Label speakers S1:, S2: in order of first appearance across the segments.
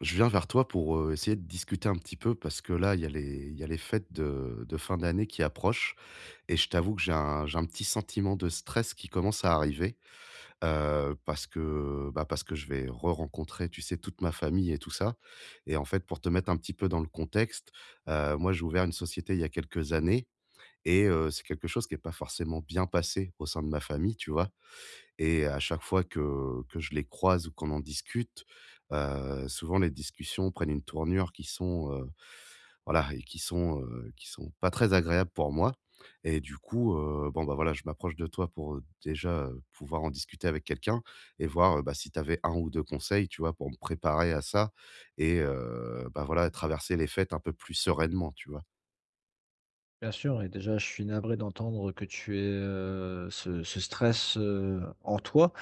S1: Je viens vers toi pour essayer de discuter un petit peu parce que là, il y a les fêtes de fin d'année qui approchent et je t'avoue
S2: Mmh.
S1: que j'ai un petit sentiment de stress qui commence à arriver parce que bah, parce que je vais re-rencontrer, tu sais, toute ma famille et tout ça. Et en fait, pour te mettre un petit peu dans le contexte, moi, j'ai ouvert une société il y a quelques années. Et c'est quelque chose qui n'est pas forcément bien passé au sein de ma famille, tu vois. Et à chaque fois que je les croise ou qu'on en discute, souvent les discussions prennent une tournure voilà et qui sont pas très agréables pour moi et du coup, bon, bah, voilà, je m'approche de toi pour, déjà, pouvoir en discuter avec quelqu'un et voir, bah, si tu avais 1 ou 2 conseils, tu vois? Pour me préparer à ça et bah, voilà, traverser les fêtes un peu plus sereinement, tu vois?
S2: Bien sûr et déjà, je suis navré d'entendre que tu aies, ce stress, en toi.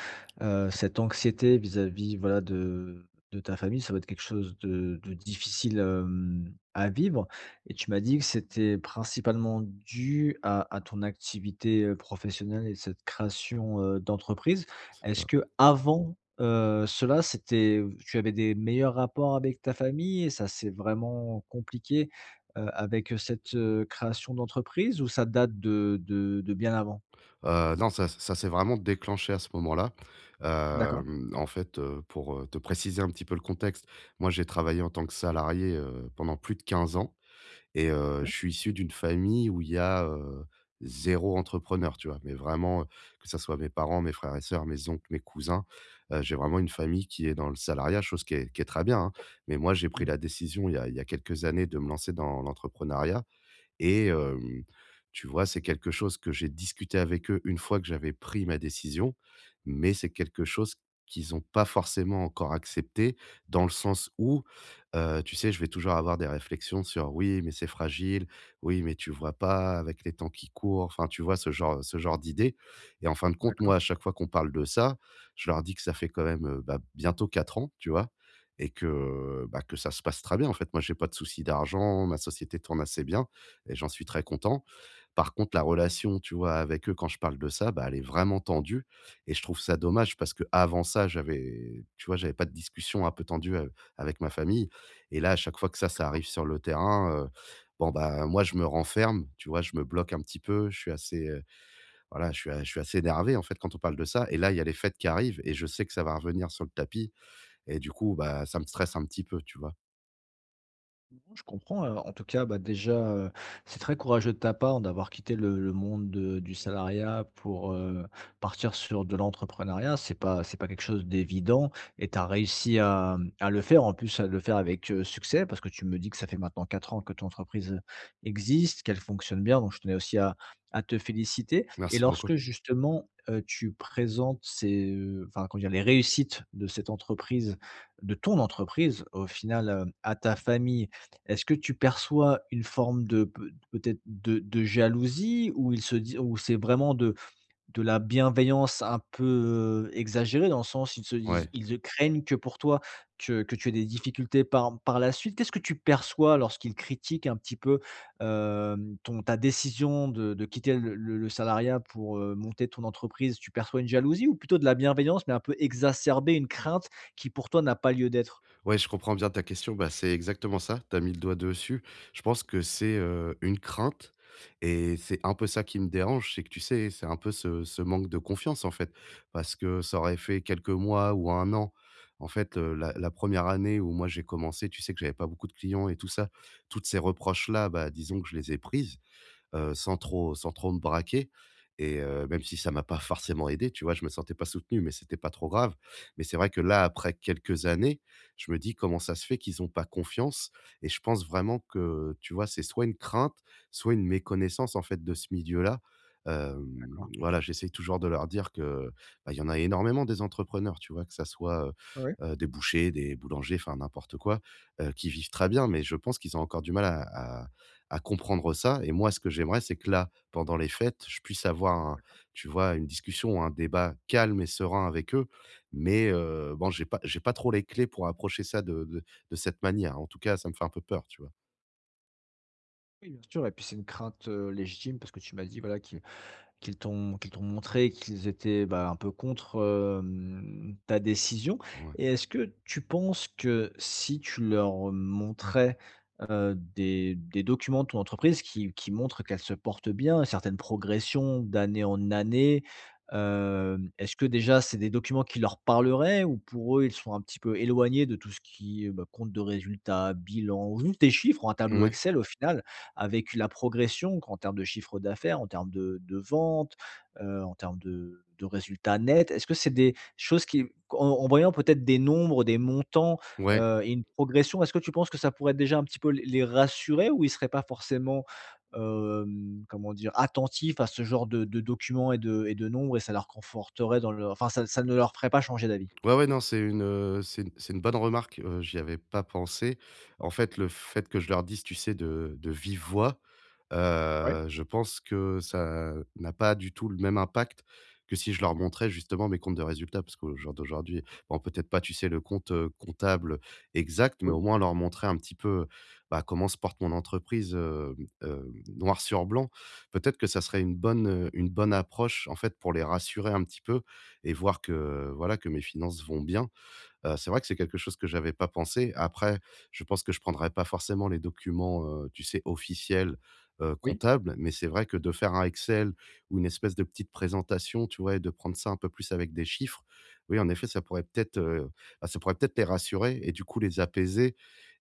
S2: Cette anxiété vis-à-vis, voilà, de ta famille, ça va être quelque chose de difficile, à vivre et tu m'as dit que c'était principalement dû à ton activité, professionnelle et cette création, d'entreprise.
S1: C'est
S2: Est-ce
S1: ça.
S2: qu'avant, cela, c'était tu avais des meilleurs rapports avec ta famille et ça s'est vraiment compliqué avec cette, création d'entreprise ou ça date de bien avant?
S1: Non, ça s'est vraiment déclenché à ce moment-là.
S2: D'accord.
S1: En fait, pour, te préciser un petit peu le contexte, moi, j'ai travaillé en tant que salarié, pendant plus de 15 ans et
S2: OK.
S1: je suis issu d'une famille où il y a, 0 entrepreneur, tu vois? Mais vraiment, que ça soit mes parents, mes frères et sœurs, mes oncles, mes cousins, j'ai vraiment une famille qui est dans le salariat, chose qui est très bien, hein. Mais moi, j'ai pris
S2: Mmh.
S1: la décision il y a quelques années de me lancer dans l'entrepreneuriat et tu vois, c'est quelque chose que j'ai discuté avec eux une fois que j'avais pris ma décision, mais c'est quelque chose qu'ils n'ont pas forcément encore accepté, dans le sens où, tu sais, je vais toujours avoir des réflexions sur: «Oui, mais c'est fragile. Oui, mais tu vois pas avec les temps qui courent». Enfin, tu vois, ce genre d'idées et en fin de compte,
S2: D'accord.
S1: moi, à chaque fois qu'on parle de ça, je leur dis que ça fait quand même, bah, bientôt 4 ans, tu vois? Et que, bah, que ça se passe très bien, en fait. Moi, j'ai pas de souci d'argent, ma société tourne assez bien et j'en suis très content. Par contre, la relation, tu vois, avec eux, quand je parle de ça, bah, elle est vraiment tendue et je trouve ça dommage parce que avant ça, j'avais tu vois, j'avais pas de discussion un peu tendue a avec ma famille et là, à chaque fois que ça arrive sur le terrain, bon, bah, moi, je me renferme, tu vois? Je me bloque un petit peu, je suis assez, voilà, je suis assez énervé, en fait, quand on parle de ça et là, il y a les fêtes qui arrivent et je sais que ça va revenir sur le tapis et du coup, bah, ça me stresse un petit peu, tu vois?
S2: Je comprends, en tout cas, bah, déjà, c'est très courageux de ta part d'avoir quitté le monde de du salariat pour, partir sur de l'entrepreneuriat. C'est pas quelque chose d'évident et tu as réussi à le faire, en plus à le faire avec, succès parce que tu me dis que ça fait maintenant 4 ans que ton entreprise existe, qu'elle fonctionne bien, donc je tenais aussi à te féliciter. Et
S1: Merci beaucoup.
S2: lorsque justement, tu présentes ces, enfin, comment dire? Les réussites de cette entreprise, de ton entreprise au final, à ta famille, est-ce que tu perçois une forme de peut-être de jalousie, ou il se dit, ou c'est vraiment de la bienveillance un peu, exagérée dans le sens ils se ils
S1: Ouais.
S2: ils se craignent que pour toi que tu aies des difficultés par la suite? Qu'est-ce que tu perçois lorsqu'ils critiquent un petit peu, ton ta décision de quitter le salariat pour, monter ton entreprise? Tu perçois une jalousie ou plutôt de la bienveillance mais un peu exacerbée, une crainte qui pour toi n'a pas lieu d'être?
S1: Ouais, je comprends bien ta question. Bah, c'est exactement ça. Tu as mis le doigt dessus. Je pense que c'est, une crainte et c'est un peu ça qui me dérange. C'est que, tu sais, c'est un peu ce manque de confiance, en fait. Parce que ça aurait fait quelques mois ou un an. En fait, la 1 année où moi j'ai commencé, tu sais que j'avais pas beaucoup de clients et tout ça. Toutes ces reproches là, bah, disons que je les ai prises sans trop me braquer et même si ça m'a pas forcément aidé, tu vois? Je me sentais pas soutenu, mais c'était pas trop grave. Mais c'est vrai que là, après quelques années, je me dis: «Comment ça se fait qu'ils ont pas confiance?» et je pense vraiment que, tu vois, c'est soit une crainte, soit une méconnaissance, en fait, de ce milieu-là. Hem,
S2: D'accord.
S1: voilà, j'essaye toujours de leur dire que, bah, il y en a énormément des entrepreneurs, tu vois? Que ça soit,
S2: Ouais.
S1: des bouchers, des boulangers, enfin n'importe quoi, qui vivent très bien, mais je pense qu'ils ont encore du mal à à à comprendre ça et moi, ce que j'aimerais, c'est que là, pendant les fêtes, je puisse avoir un tu vois, une discussion, un débat calme et serein avec eux. Mais bon, j'ai pas trop les clés pour approcher ça de cette manière. En tout cas, ça me fait un peu peur, tu vois?
S2: Oui, bien sûr, et puis c'est une crainte, légitime parce que tu m'as dit, voilà, qu'ils t'ont montré qu'ils étaient, bah, un peu contre, ta décision.
S1: Ouais.
S2: Et est-ce que tu penses que si tu leur montrais, des documents de ton entreprise qui montrent qu'elle se porte bien, certaines progressions d'année en année, est-ce que déjà c'est des documents qui leur parleraient, ou pour eux, ils sont un petit peu éloignés de tout ce qui est, bah, compte de résultats, bilan, ou juste des chiffres, un tableau
S1: Ouais.
S2: Excel au final? A vécu la progression en termes de chiffre d'affaires, en termes de ventes, en termes de résultats nets? Est-ce que c'est des choses qui en voyant peut-être des nombres, des montants,
S1: Ouais.
S2: et une progression, est-ce que tu penses que ça pourrait déjà un petit peu les rassurer, ou ils ne seraient pas forcément, comment dire? Attentifs à ce genre de documents et de nombres, et ça leur conforterait dans le, enfin ça ne leur ferait pas changer d'avis?
S1: Ouais, ouais, non, c'est une bonne remarque, j'y avais pas pensé. En fait, le fait que je leur dise, tu sais, de vive voix,
S2: Oui,
S1: Je pense que ça n'a pas du tout le même impact que si je leur montrais justement mes comptes de résultats. Parce qu'aux jour d'aujourd'hui, bon peut-être pas, tu sais, le compte, comptable exact, mais
S2: oui,
S1: au moins leur montrer un petit peu, bah, comment se porte mon entreprise, noir sur blanc. Peut-être que ça serait une bonne approche en fait pour les rassurer un petit peu et voir que, voilà, que mes finances vont bien. C'est vrai que c'est quelque chose que j'avais pas pensé. Après, je pense que je prendrais pas forcément les documents, tu sais, officiels,
S2: oui.
S1: comptables, mais c'est vrai que de faire un Excel ou une espèce de petite présentation, tu vois? Et de prendre ça un peu plus avec des chiffres, oui, en effet, ça pourrait peut-être, bah, ça pourrait peut-être les rassurer et du coup les apaiser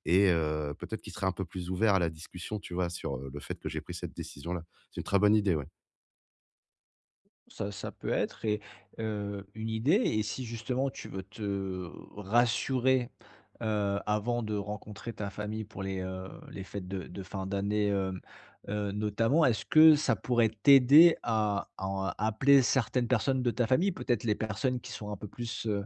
S1: et peut-être qu'ils seraient un peu plus ouverts à la discussion, tu vois? Sur, le fait que j'ai pris cette décision-là. C'est une très bonne idée, ouais.
S2: Ça peut être, et une idée. Et si justement tu veux te rassurer, avant de rencontrer ta famille pour les fêtes de fin d'année, notamment, est-ce que ça pourrait t'aider à appeler certaines personnes de ta famille? Peut-être les personnes qui sont un peu plus,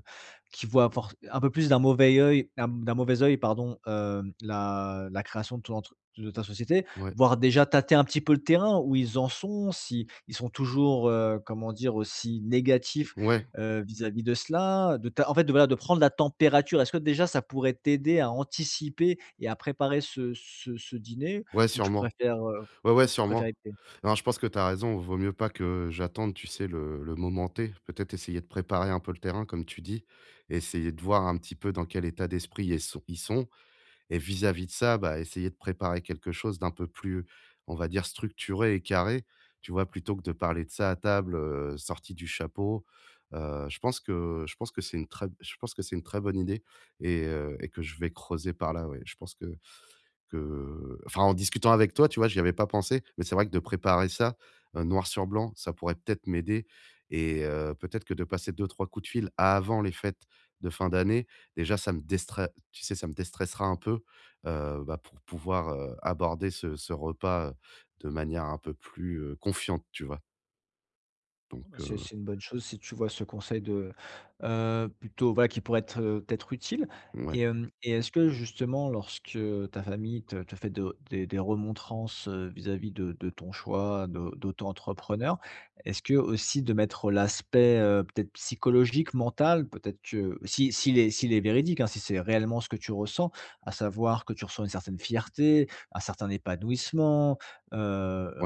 S2: qui voient for un peu plus d'un mauvais œil, d'un mauvais œil, pardon, la la création de ton entre de ta société?
S1: Ouais.
S2: Voir déjà tâter un petit peu le terrain, où ils en sont, si ils sont toujours, comment dire, aussi négatifs,
S1: Ouais,
S2: vis-à-vis de cela, de ta en fait, de voilà, de prendre la température. Est-ce que déjà ça pourrait t'aider à anticiper et à préparer ce dîner,
S1: ouais,
S2: ou tu
S1: sûrement.
S2: préfères, heu,
S1: Ouais, ouais,
S2: ou tu préfères
S1: sûrement.
S2: éviter?
S1: Non, je pense que tu as raison. Vaut mieux pas que j'attende, tu sais, le moment T. Peut-être essayer de préparer un peu le terrain, comme tu dis. Essayer de voir un petit peu dans quel état d'esprit ils sont et vis-à-vis de ça, bah, essayer de préparer quelque chose d'un peu plus, on va dire, structuré et carré. Tu vois? Plutôt que de parler de ça à table, sorti du chapeau. Je pense que c'est une très je pense que c'est une très bonne idée et que je vais creuser par là, ouais. Je pense que enfin, en discutant avec toi, tu vois, j'y avais pas pensé, mais c'est vrai que de préparer ça, noir sur blanc, ça pourrait peut-être m'aider et peut-être que de passer deux, trois coups de fil avant les fêtes de fin d'année, déjà ça me déstre tu sais, ça me déstressera un peu, bah, pour pouvoir, aborder ce repas, de manière un peu plus, confiante, tu vois?
S2: Non, bah,
S1: Donc
S2: c'est c'est une bonne chose si tu vois ce conseil de, plutôt voilà qui pourrait être, peut-être utile.
S1: ouais,
S2: Et est-ce que justement lorsque ta famille te fait de des remontrances, vis-à-vis de ton choix d'auto-entrepreneur, est-ce que aussi de mettre l'aspect, peut-être psychologique, mental, peut-être que si s'il est s'il est véridique, hein, si c'est réellement ce que tu ressens, à savoir que tu ressens une certaine fierté, un certain épanouissement, heu,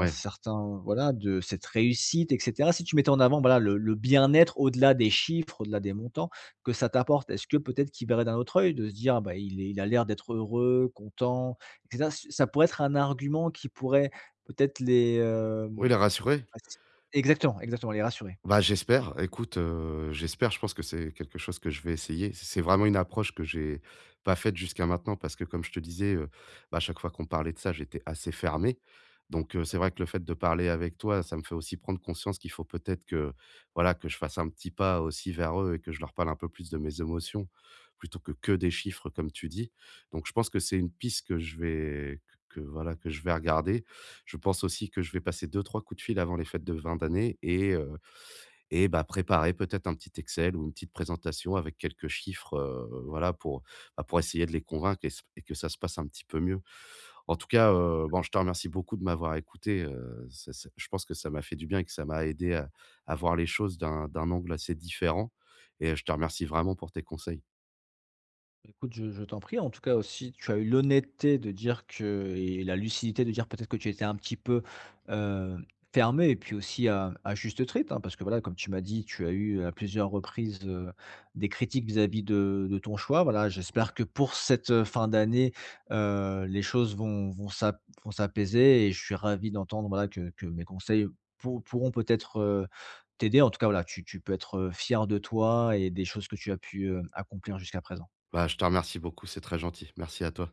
S2: un de cette réussite, et cetera. Si tu mettais en avant, voilà, le bien-être au-delà des chiffres, au-delà des montants que ça t'apporte, est-ce que peut-être qu'il verrait d'un autre œil, de se dire: «Ah bah, il a l'air d'être heureux, content», et cetera? Ç ça pourrait être un argument qui pourrait peut-être les,
S1: Oui, les rassuré.
S2: exactement, exactement, les rassurer.
S1: Bah, j'espère. Écoute, j'espère. Je pense que c'est quelque chose que je vais essayer. C'est vraiment une approche que j'ai pas faite jusqu'à maintenant parce que comme je te disais, bah, à chaque fois qu'on parlait de ça, j'étais assez fermé. Donc, c'est vrai que le fait de parler avec toi, ça me fait aussi prendre conscience qu'il faut peut-être que, voilà, que je fasse un petit pas aussi vers eux et que je leur parle un peu plus de mes émotions plutôt que des chiffres comme tu dis. Donc je pense que c'est une piste que je vais que voilà, que je vais regarder. Je pense aussi que je vais passer deux trois coups de fil avant les fêtes de vingt d'année et bah, préparer peut-être un petit Excel ou une petite présentation avec quelques chiffres, voilà pour, bah, pour essayer de les convaincre et que ça se passe un petit peu mieux. En tout cas, bon, je te remercie beaucoup de m'avoir écouté, ça je pense que ça m'a fait du bien et que ça m'a aidé à voir les choses d'un angle assez différent et je te remercie vraiment pour tes conseils.
S2: Écoute, je t'en prie. En tout cas aussi, tu as eu l'honnêteté de dire que, et la lucidité de dire peut-être que tu étais un petit peu, heu, fermée, et puis aussi à juste titre, hein, parce que voilà, comme tu m'as dit, tu as eu à plusieurs reprises, des critiques vis-à-vis de ton choix. Voilà, j'espère que pour cette, fin d'année, les choses vont s'apaiser, et je suis ravi d'entendre, voilà, que mes conseils pourront peut-être, t'aider. En tout cas, voilà, tu peux être, fière de toi et des choses que tu as pu, accomplir jusqu'à présent.
S1: Bah, je te remercie beaucoup, c'est très gentil. Merci à toi.